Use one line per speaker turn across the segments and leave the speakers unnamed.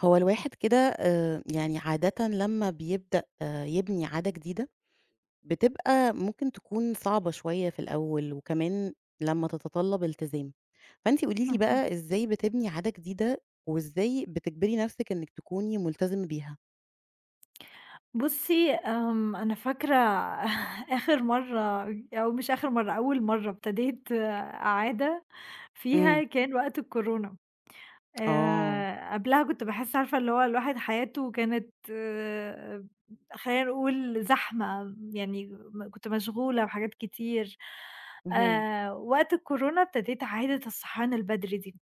هو الواحد كده يعني عادةً لمّا بيبدأ يبني عادة جديدة، بتبقى ممكن تكون صعبة شوية في الأول، وكمان لمّا تتطلب التزام. فأنتِ قولي لي
اهم.
بقى إزاي بتبني عادة جديدة، وإزاي بتجبري نفسِك إنِك تكوني ملتزمة بيها؟
بُصّي، أنا فاكرة. آخر مرّة أو مش آخر مرّة، أول مرّة ابتديت عادة
إمم،
فيها كان وقت الكورونا.
آه،
قبلها كنت باحس عارفة اللي هو الواحد حياته كانت خلّينا نقول زحمة، يعني كنت مشغولة بحاجات كتير.
اهم،
وقت الكورونا ابتديت عادة الصحيان البدري دي.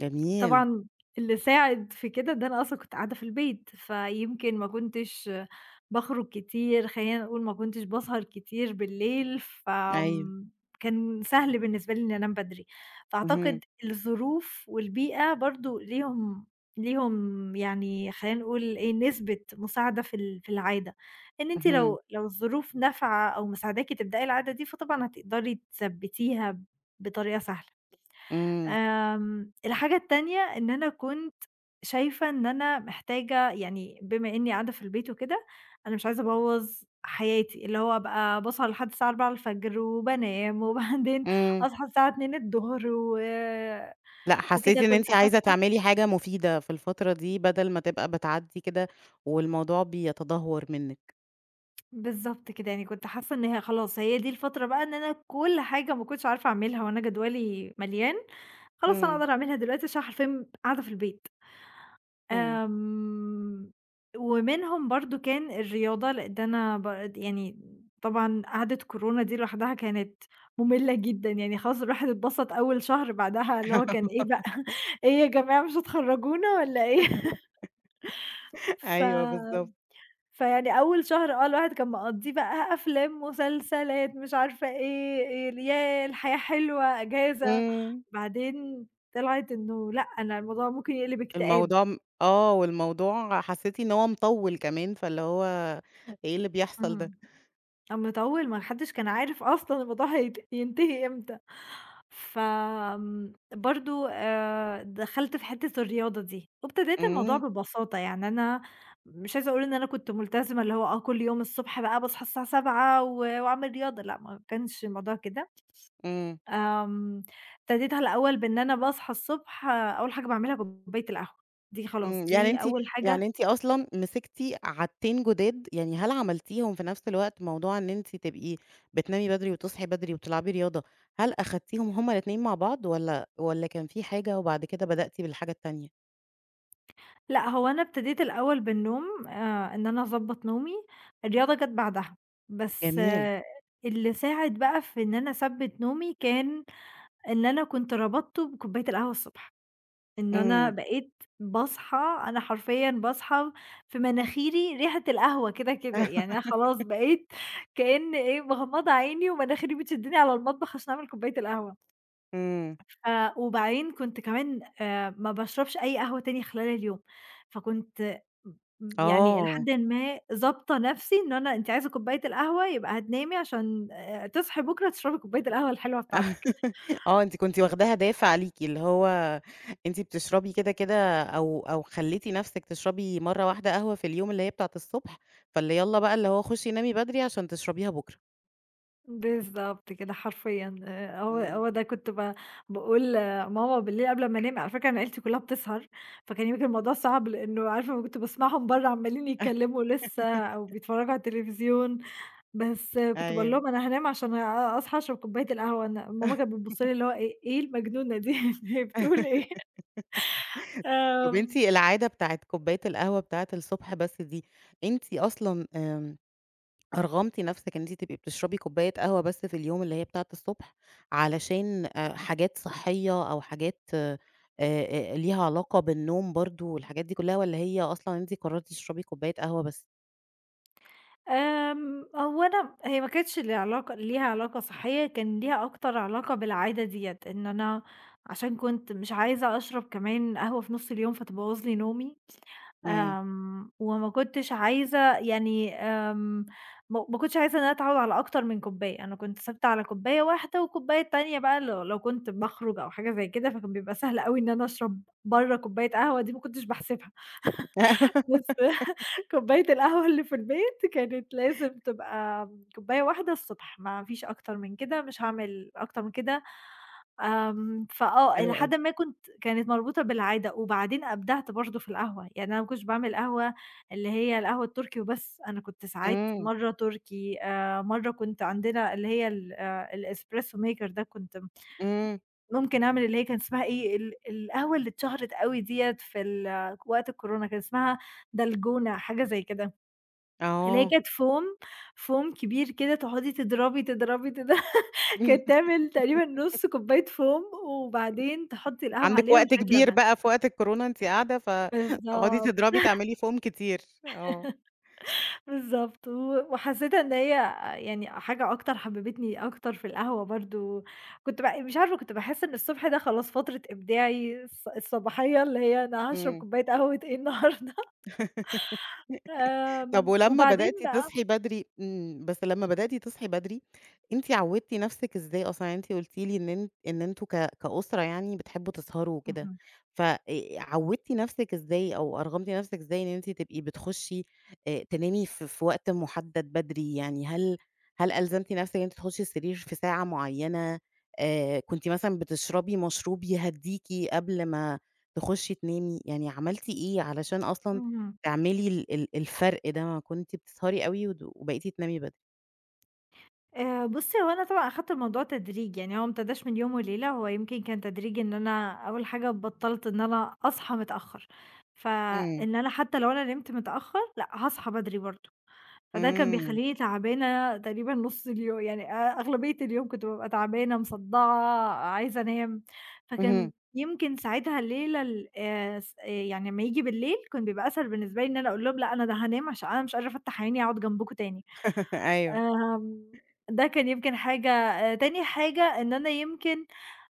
جميل،
طبعًا اللي ساعد في كده ده أنا أصلًا كنت قاعدة في البيت، فيمكن ما كنتش باخرج كتير، خلّينا نقول ما كنتش باسهر كتير بالليل،
أيوه،
فآمم كان سهل بالنسبة لي إني أنام بدري،
اهم،
فأعتقد الظروف والبيئة برضه ليهم يعني خلّينا نقول إيه، نسبة مساعدة في العادة، إن أنتِ
اهم،
لو الظروف نافعة أو مساعداكِ تبدئي العادة دي، فطبعًا هتقدري تثبّتيها بطريقة سهلة.
إمم،
الحاجة التانية إن أنا كنت شايفة إن أنا محتاجة، يعني بما إني قاعدة في البيت وكده، أنا مش عايزة أبوّظ حياتي، اللي هو أبقى باسهر لحد الساعة 04:00 وبانام وبعدين
إمم،
أصحى الساعة 14:00 و
لأ
وكده
حسيتِ إن
كنت
أنتِ عايزة
حاسة.
تعملي حاجة مفيدة في الفترة دي، بدل ما تبقى بتعدي كده والموضوع بيتدهور منِك.
بالضبط كده، يعني كنت حاسة إن هي خلاص هي دي الفترة بقى، إن أنا كل حاجة ما كنتش عارفة أعملها وأنا جدولي مليان، خلاص أنا
إمم،
أقدر أعملها دلوقتي عشان حرفيًا قاعدة في البيت.
إمم.
آمم، ومنهم برضه كان الرياضة، لإن أنا يعني طبعًا قعدة كورونا دي لوحدها كانت مُمِلّة جدًا، يعني خلاص الواحد اتبسط أول شهر، بعدها اللي هو كان إيه بقى، إيه يا جماعة، مش هتخرّجونا والّا إيه؟ ف
أيوه بالضبط.
فيعني أول شهر الواحد كان مقضّيه بقى أفلام، مسلسلات، مش عارفة إيه، إيه، ال ياه الحياة حلوة، إجازة.
إمم.
بعدين طلعت إنه لأ، أنا الموضوع ممكن يقلب اكتئاب.
الموضوع م آه، والموضوع حسّيتِ إن هو مطوِّل كمان، فاللي هو إيه اللي بيحصل ده؟
اهم. أمّا طوّل ما حدش كان عارف أصلًا الموضوع هيت ينتهي إمتى، ف آمم، برضه دخلت في حتّة الرياضة دي، وابتديت الموضوع
إمم،
ببساطة، يعني أنا مش عايزة أقول إن أنا كنت ملتزمة، اللي هو كل يوم الصبح بقى باصحى الساعة 07:00 وأعمل رياضة، لأ، ما كانش الموضوع كده.
إمم،
آمم، ابتديتها الأول بإن أنا باصحى الصبح، أول حاجة باعملها كوباية القهوة، دي خلاص
إمم. يعني
دي
أنتِ
أول حاجة.
يعني أنتِ أصلًا مسكتِ عادتين جداد، يعني هل عملتيهم في نفس الوقت، موضوع إن أنتِ تبقي بتنامي بدري وتصحي بدري وبتلعبي رياضة، هل أخدتيهم هُم الاتنين مع بعض والّا كان في حاجة وبعد كده بدأتِ بالحاجة التانية؟
لأ، هو أنا ابتديت الأول بالنوم، إن أنا أضبّط نومي، الرياضة جات بعدها. بس
جميل.
آه اللي ساعد بقى في إن أنا أثبّت نومي كان إن أنا كنت ربطته بكوباية القهوة الصبح، إن أنا
إمم.
بقيت باصحى، أنا حرفيًا باصحى في مناخيري ريحة القهوة، كده كده، يعني أنا خلاص بقيت كأن إيه مغمضة عيني ومناخيري بتشدني على المطبخ عشان أعمل كوباية القهوة.
إمم.
ف وبعدين كنت كمان، ما باشربش أي قهوة تاني خلال اليوم، فكنت م م يعني إلى
آه.
حدٍ ما ضابطة نفسي، إن أنا أنتِ عايزة كوباية القهوة يبقى هتنامي عشان تصحي بكرة تشربي كوباية القهوة الحلوة بتاعتك.
آه، أنتِ كنتِ واخداها دافع عليكِ، اللي هو أنتِ بتشربي كده، كده أو خلّيتِ نَفْسِك تشربي مرّة واحدة قهوة في اليوم اللي هي بتاعة الصبح، فاللي يالّا بقى اللي هو خُشي نامي بدري عشان تشربيها بُكرة.
بالضبط كده حرفيًا، آآ هو
إمم.
هو ده كنت باقول لماما بالليل قبل أمّا أنام، على فكرة أنا عيلتي كلها بتسهر، فكان يمكن الموضوع صعب لإنه، عارفة، كنت باسمعهم برّه عمّالين يتكلموا لسه أو بيتفرجوا على التلفزيون، بس كنت باقول
أيوه.
لهم أنا هانام عشان أصحى أشرب كوباية القهوة. أنا ماما كانت بتبُص لي اللي هو إيه، إيه المجنونة دي، هي بتقول إيه؟
طَب أنتِ
آمم،
العادة بتاعة كوباية القهوة بتاعة الصبح بس دي، أنتِ أصلًا أرغمتِ نفسِك إن أنتِ تبقي بتشربي كوباية قهوة بس في اليوم اللي هي بتاعة الصبح، علشان حاجات صحية أو حاجات ليها علاقة بالنوم برضه والحاجات دي كلها، والّا هي أصلًا أنتِ قررتِ تشربي كوباية قهوة بس؟
آمم، هو أنا، هي ما كانتش ليها علاقة صحية، كان ليها أكتر علاقة بالعادة ديّة، إن أنا عشان كنت مش عايزة أشرب كمان قهوة في نُص اليوم فتبوظ لي نومي.
إمم.
وما كنتش عايزة يعني، آمم، ما ما كنتش عايزة إن أنا أتعوّد على أكتر من كوباية، أنا كنت ثابتة على كوباية واحدة، والكوباية التانية بقى لو كنت باخرج أو حاجة زي كده، فكان بيبقى سهل أوي إن أنا أشرب برّه كوباية قهوة دي، ما كنتش باحسبها. بُص، كوباية القهوة اللي في البيت كانت لازم تبقى كوباية واحدة الصبح، ما فيش أكتر من كده، مش هاعمل أكتر من كده. آمم، فآه، إلى
حلو أوي.
حدٍ ما كنت كانت مربوطة بالعادة، وبعدين أبدعت برضه في القهوة، يعني أنا ما كنتش باعمل قهوة اللي هي القهوة التركي وبس، أنا كنت ساعات
إمم،
مرّة تركي، مرّة كنت عندنا اللي هي ال الespresso maker ده، كنت
إمم،
ممكن أعمل اللي هي كان اسمها إيه، ال القهوة اللي اتشهرت أوي ديّة في ال وقت الكورونا، كان اسمها دلجونة، حاجة زي كده، اللي هي
آه.
كانت فوم، فوم كبير كده، تقعدي تضربي، تضربي، كانت تعمل تقريبًا نُص كوباية فوم، وبعدين تحطي القهوة
عندِك
عليها
وقت
وشوية
كبير
لبن.
بقى في وقت الكورونا أنتِ قاعدة، فتقعدي
بالضبط.
تضربي تعملي فوم كتير. آه.
بالضبط، وحسّيت إن هي يعني حاجة أكتر، حبّبتني أكتر في القهوة برضه، كنت مش عارفة، كنت باحس إن الصبح ده خلاص فترة إبداعي الصباحية، اللي هي أنا هاشرب
إمم.
كوباية قهوة إيه النهارده.
طب ولمّا
وبعدين
بدأتِ
بقى
تصحي بدري بس لمّا بدأتِ تصحي بدري، أنتِ عوّدتِ نَفْسِك إزاي أصلًا؟ يعني أنتِ قُلتِ لي إن أنتم كأسرة يعني بتحبّوا تسهروا وكده،
اهم.
ف عوّدتِ نَفْسِك إزاي أو أرغمتِ نَفْسِك إزاي إن أنتِ تبقي بتخشّي تنامي في وقت محدد بدري؟ يعني هل ألزمتِ نَفْسِك إن أنتِ تخشّي السرير في ساعة معيّنة؟ كنتِ مثلًا بتشربي مشروب يهدّيكِ قبل ما تخشّي تنامي؟ يعني عملتِ إيه علشان أصلًا
اهم،
تعملي ال ال الفرق ده، ما كنتِ بتسهري أوي وبقيتِ تنامي بدري.
بُصّي، هو أنا طبعًا أخدت الموضوع تدريج، يعني هو ما ابتداش من يوم وليلة، هو يمكن كان تدريج، إن أنا أول حاجة بطّلت إن أنا أصحى متأخّر،
إمم،
فإن أنا حتى لو أنا نمت متأخّر، لأ، هاصحى بدري برضه. فده كان
إمم،
بيخلّيني تعبانة تقريبًا نُص يعني أغلبية اليوم كنت بابقى تعبانة، مصدّعة، عايزة أنام، فكان
اهم،
يمكن ساعتها الليلة ال س آه، يعني لمّا ييجي بالليل كان بيبقى أسهل بالنسبة لي إن أنا أقول لهم لأ، أنا ده هانام عشان أنا مش قادرة أفتّح عيني أقعد جنبكم تاني.
أيوه،
آمم، ده كان يمكن حاجة. تاني حاجة إن أنا يمكن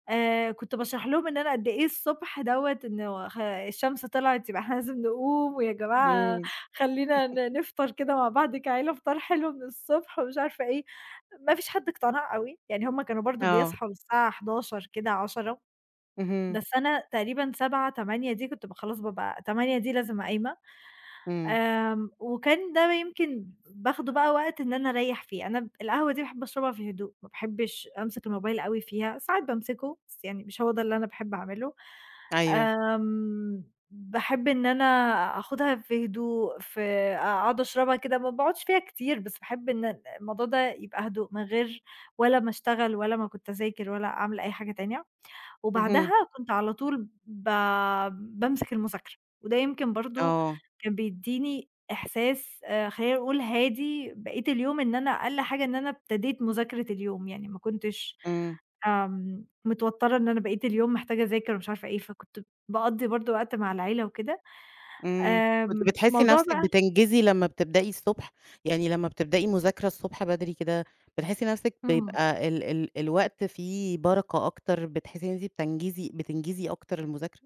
كنت باشرح لهم إن أنا قد إيه الصبح دوّة، إنه الشمس طلعت يبقى إحنا لازم نقوم، ويا جماعة
إمم،
خلّينا نفطر كده مع بعض كعيلة فطار حلو من الصبح ومش عارفة إيه. ما فيش حد اقتنع أوي، يعني هم كانوا برضه
آه،
بيصحوا الساعة 11:00 كده، 10:00.
اهم،
بس أنا تقريبًا 07:00، 08:00 دي كنت خلاص بابقى 08:00 دي لازم قايمة.
إمم،
وكان ده يمكن باخده بقى وقت إن أنا أريّح فيه. أنا القهوة دي باحب أشربها في هدوء، ما باحبش أمسك الموبايل أوي فيها، ساعات بامسكه بس يعني مش هو ده اللي أنا باحب أعمله.
أيوه،
آمم، باحب إن أنا آخدها في هدوء، في أقعد أشربها كده، ما باقعدش فيها كتير، بس باحب إن الموضوع ده يبقى هدوء، من غير ولا ما أشتغل ولا ما كنت أذاكر ولا أعمل أي حاجة تانية.
اهم،
وبعدها كنت على طول بامسك المذاكرة، وده يمكن برضه
آه،
كان بيدّيني إحساس، خلّينا نقول هادي بقية اليوم، إن أنا أقل حاجة إن أنا ابتديت مذاكرة اليوم، يعني ما كنتش
إمم،
متوترة إن أنا بقية اليوم محتاجة أذاكر ومش عارفة إيه، فكنت باقضّي برضه وقت مع العيلة وكده.
إمم، كنتِ بتحسي
موضوع
نفسِك
بقى.
بتنجزي لمّا بتبدئي الصبح؟ يعني لمّا بتبدئي مذاكرة الصبح بدري كده، بتحسي نفسِك
إمم.
بيبقى ال ال الوقت فيه بركة أكتر، بتحسي إن أنتِ بتنجزي أكتر المذاكرة؟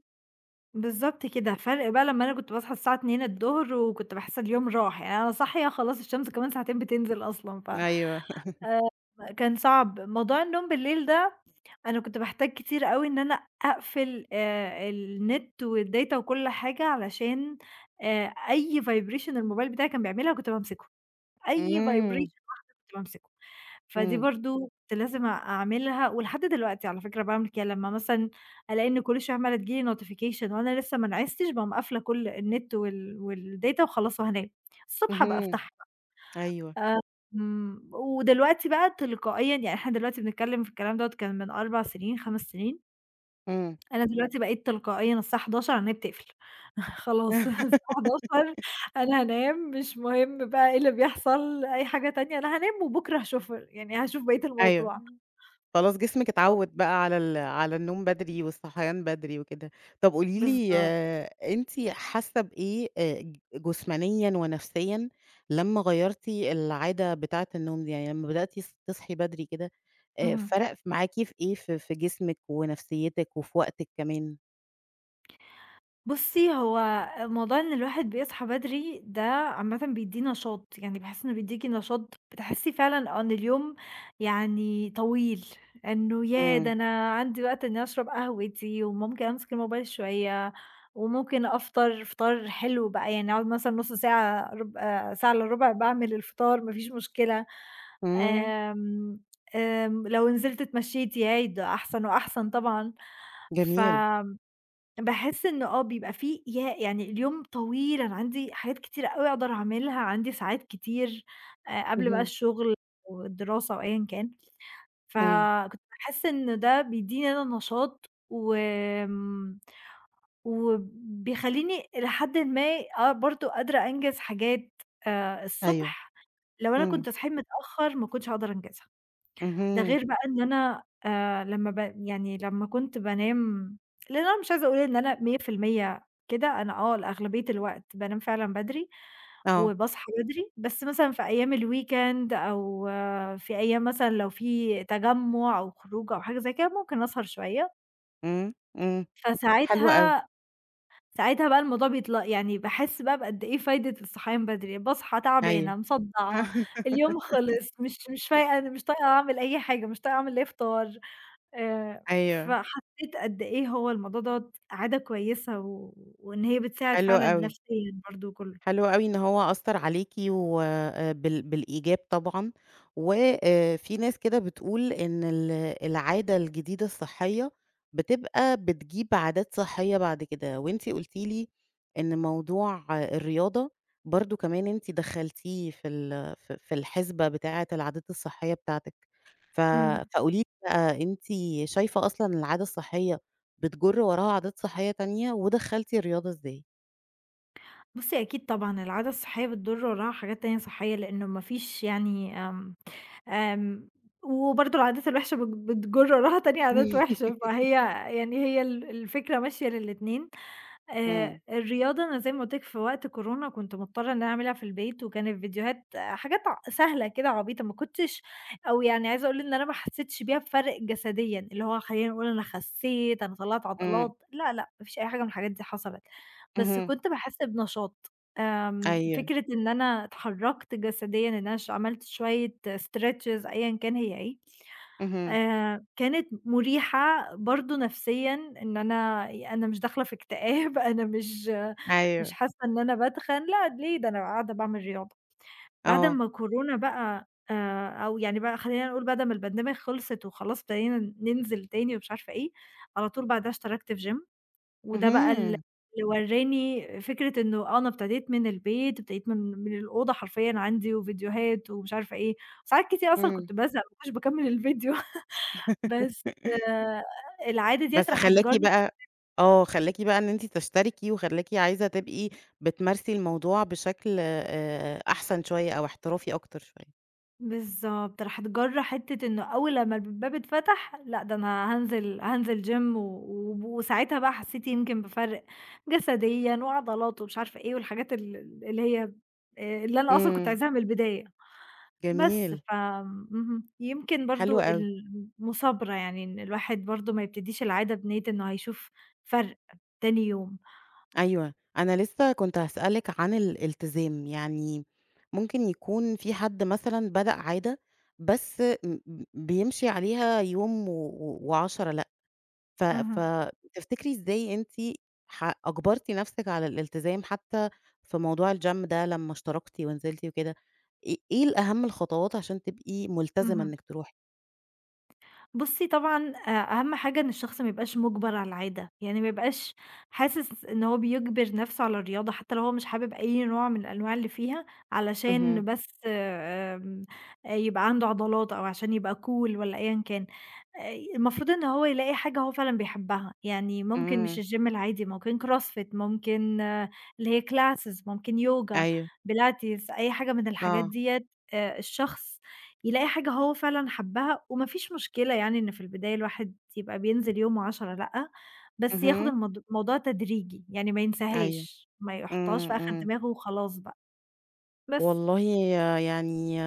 بالضبط كده، فرق بقى لمّا أنا كنت باصحى الساعة 14:00 وكنت باحس اليوم راح، يعني أنا صاحية خلاص الشمس كمان ساعتين بتنزل أصلًا، ف
أيوه،
كان صعب. موضوع النوم بالليل ده أنا كنت باحتاج كتير أوي إن أنا أقفل النت والdata وكل حاجة علشان أي vibration الموبايل بتاعي كان بيعملها كنت بامسكه، أي
إمم،
vibration واحدة كنت بامسكه. فدي
إمم،
برضه كنت لازم أعملها ولحد دلوقتي، على فكرة، باعمل كده، لمّا مثلًا ألاقي إن كل شوية عمّالة تيجي لي notification وأنا لسه ما نعستش، باقوم قافلة كل النت والdata وخلاص وهانام، الصبح أبقى
اهم،
أفتحها
أيوه،
بقى. ودلوقتي بقى تلقائيًا، يعني إحنا دلوقتي بنتكلم في الكلام دوّة كان من 4 سنين، 5 سنين.
إمم،
أنا دلوقتي بقيت تلقائيًا الساعة 11:00 أنا بتقفل، خلاص الساعة 11:00 أنا هانام، مش مهم بقى إيه اللي بيحصل، أي حاجة تانية أنا هانام وبكرة هاشوف، يعني هاشوف بقية
أيوه.
الموضوع.
خلاص جسمِك اتعوّد بقى على النوم بدري والصحيان بدري وكده. طب قولي لي
بالضبط،
أنتِ حاسة بإيه ج جسمانيًا ونفسيًا لمّا غيّرتِ العادة بتاعة النوم دي؟ يعني لمّا بدأتِ تصحي بدري كده
اهم.
فرق معاكِ في إيه في جسمِك ونفسيتِك وفي وقتِك كمان؟
بُصّي، هو موضوع إن الواحد بيصحى بدري ده عامةً بيدّيه نشاط، يعني باحس إنه بيدّيكِ نشاط، بتحسّي فعلًا آه إن اليوم يعني طويل، إنه ياه! ده
إمم،
أنا عندي وقت إني أشرب قهوتي وممكن أمسك الموبايل شوية وممكن أفطر فطار حلو بقى، يعني أقعد مثلًا نُص ساعة، رُبع، ساعة إلّا ربع باعمل الفطار، ما فيش مشكلة.
إمم،
آمم، آمم، لو نزلت اتمشيت، ياه! ده أحسن وأحسن طبعًا. ف
جميل.
باحس إن آه، بيبقى في يعني اليوم طويل، أنا عندي حاجات كتيرة أوي أقدر أعملها، عندي ساعات كتير، قبل بقى
اهم،
الشغل والدراسة أو أيًا كان،
إمم،
فكنت باحس إن ده بيدّيني أنا نشاط، وبيخلّيني إلى حدٍ ما آه، برضه قادرة أنجز حاجات
أيوه،
الصبح، لو أنا
إمم،
كنت صحيت متأخر ما كنتش هاقدر أنجزها. ده
اهم،
غير بقى إن أنا لمّا ب يعني لمّا كنت بانام، لإن أنا مش عايزة أقول إن أنا 100% كده، أنا آه لأغلبية الوقت بانام فعلًا بدري
آه،
وباصحى بدري، بس مثلًا في أيام الweekend أو آه، في أيام مثلًا لو في تجمُّع أو خروجة أو حاجة زي كده، ممكن أسهر شوية.
إمم، إمم، حلو أوي،
فساعتها بقى الموضوع بيطل، يعني باحس بقى بقد إيه فايدة الصحيان بدري، باصحى
أيوه،
تعبانة، مصدَّعة، اليوم خلص، مش فايقة، مش طايقة أعمل أي حاجة، مش طايقة أعمل لا فطار،
أيوه،
فحسيت قد إيه هو الموضوع دوّة عادة كويسة، وإن هي بتساعد
حلو
فعلًا
أوي.
نفسيًا برضه وكلّه.
حلو أوي إن هو أثّر عليكِ و بالإيجاب طبعًا، وآآ في ناس كده بتقول إن العادة الجديدة الصحية بتبقى بتجيب عادات صحية بعد كده، وأنتِ قلتِ لي إن موضوع الرياضة برضه كمان أنتِ دخّلتيه في ال في في الحسبة بتاعة العادات الصحية بتاعتِك، ف
إمم.
فقولي لي بقى أنتِ شايفة أصلًا العادة الصحية بتجُر وراها عادات صحية تانية، ودخّلتِ الرياضة إزاي؟
بُصّي، أكيد طبعًا العادة الصحية بتضُر وراها حاجات تانية صحية، لإنه ما فيش يعني، آمم، آمم، وبرضه العادات الوحشة بتجُر وراها تاني عادات وحشة، فهي يعني هي ال الفكرة ماشية للاتنين.
إمم،
الرياضة، أنا زي ما قُلت لك في وقت كورونا كنت مضطرة إن أنا أعملها في البيت، وكانت فيديوهات حاجات سهلة كده عبيطة، ما كنتش، أو يعني عايزة أقول إن أنا ما حسيتش بيها بفرق جسديًا، اللي هو خلّينا نقول أنا خسيت، أنا طلّعت
إمم.
عضلات، لا، لأ، ما فيش أي حاجة من الحاجات دي حصلت، بس
اهم.
كنت باحس بنشاط.
أيوه.
فكرة إن أنا اتحركت جسديًا، إن أنا عملت شوية stretches أيًا كان هي إيه،
اهم.
كانت مُريحة برضه نفسيًا إن أنا مش داخلة في اكتئاب، أنا مش
أيوه.
حاسة إن أنا باتخن، لأ ليه، ده أنا قاعدة باعمل رياضة. بعد
آه.
أمّا كورونا بقى أو يعني بقى خلّينا نقول بعد ما البانديميك خلصت وخلاص ابتدينا ننزل تاني ومش عارفة إيه، على طول بعدها اشتركت في gym، وده بقى ال
اهم.
اللي ورّاني فكرة إنه آه أنا ابتديت من البيت، ابتديت من الأوضة حرفيًا، عندي وفيديوهات ومش عارفة إيه، ساعات كتير أصلًا
إمم.
كنت بازهق ما كنتش باكمّل الفيديو. بس آه، العادة ديّة
بس
راح
خلّاكِ
تجرّ.
بقى آه. خلّاكِ بقى إن أنتِ تشتركي وخلّاكِ عايزة تبقي بتمارسي الموضوع بشكل أحسن شوية أو احترافي أكتر شوية.
بالضبط، راح تجرّ حتّة إنه أول لمّا الباب اتفتح، لأ ده أنا هانزل gym، وساعتها بقى حسّيت يمكن بفرْق جسديًا وعضلات ومش عارفة إيه، والحاجات ال اللي هي اللي أنا أصلًا كنت
إمم.
عايزاها من البداية. بس
جميل.
ف اهم، يمكن
حلو
برضه
أوي.
المثابرة، يعني إن الواحد برضه ما يبتديش العادة بنيّة إنه هيشوف فرْق تاني يوم.
أيوه. أنا لسه كنت هاسألِك عن الالتزام. يعني ممكن يكون في حد مثلًا بدأ عادة بس م م بيمشي عليها يوم و و و10 لأ. ف
اهم،
فتفتكري إزاي أنتِ أجبرتِ نفسِك على الالتزام حتى في موضوع الgym ده لمّا اشتركتِ ونزلتِ وكده، إيه الأهم الخطوات عشان تبقي ملتزمة
اهم.
إنِّك تروحي؟
بُصّي طبعًا، أ أهم حاجة إن الشخص ما يبقاش مُجبَر على العادة، يعني ما يبقاش حاسس إن هو بيجبِر نَفْسه على الرياضة حتى لو هو مش حابب أي نوع من الأنواع اللي فيها،
اهم،
علشان بس يبقى عنده عضلات أو عشان يبقى cool والّا أيًا كان. المفروض إن هو يلاقي حاجة هو فعلًا بيحبها، يعني ممكن مش
إمم،
الgym العادي، ممكن CrossFit، ممكن اللي هي classes، ممكن يوجا،
أيوه،
بيلاتيز، أي حاجة من الحاجات
آه،
ديّة. الشخص يلاقي حاجة هو فعلًا حبّها، وما فيش مشكلة يعني إن في البداية الواحد يبقى بينزل يوم و10 لأ، بس ياخد
اهم،
الموضوع تدريجي، يعني ما
أيوه،
ينساهاش، ما يحطهاش
إمم،
في آخر
إمم.
دماغه وخلاص بقى، بس.
والله يعني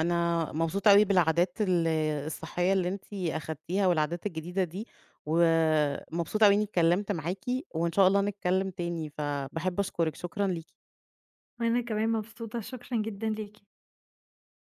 أنا مبسوطة أوي بالعادات الصحية اللي أنتِ أخدتيها والعادات الجديدة دي، ومبسوطة أوي إني اتكلمت معاكِ، وإن شاء الله نتكلم تاني، فباحب أشكرِك، شكرًا ليكِ.
وأنا كمان مبسوطة، شكرًا جدًا ليكِ.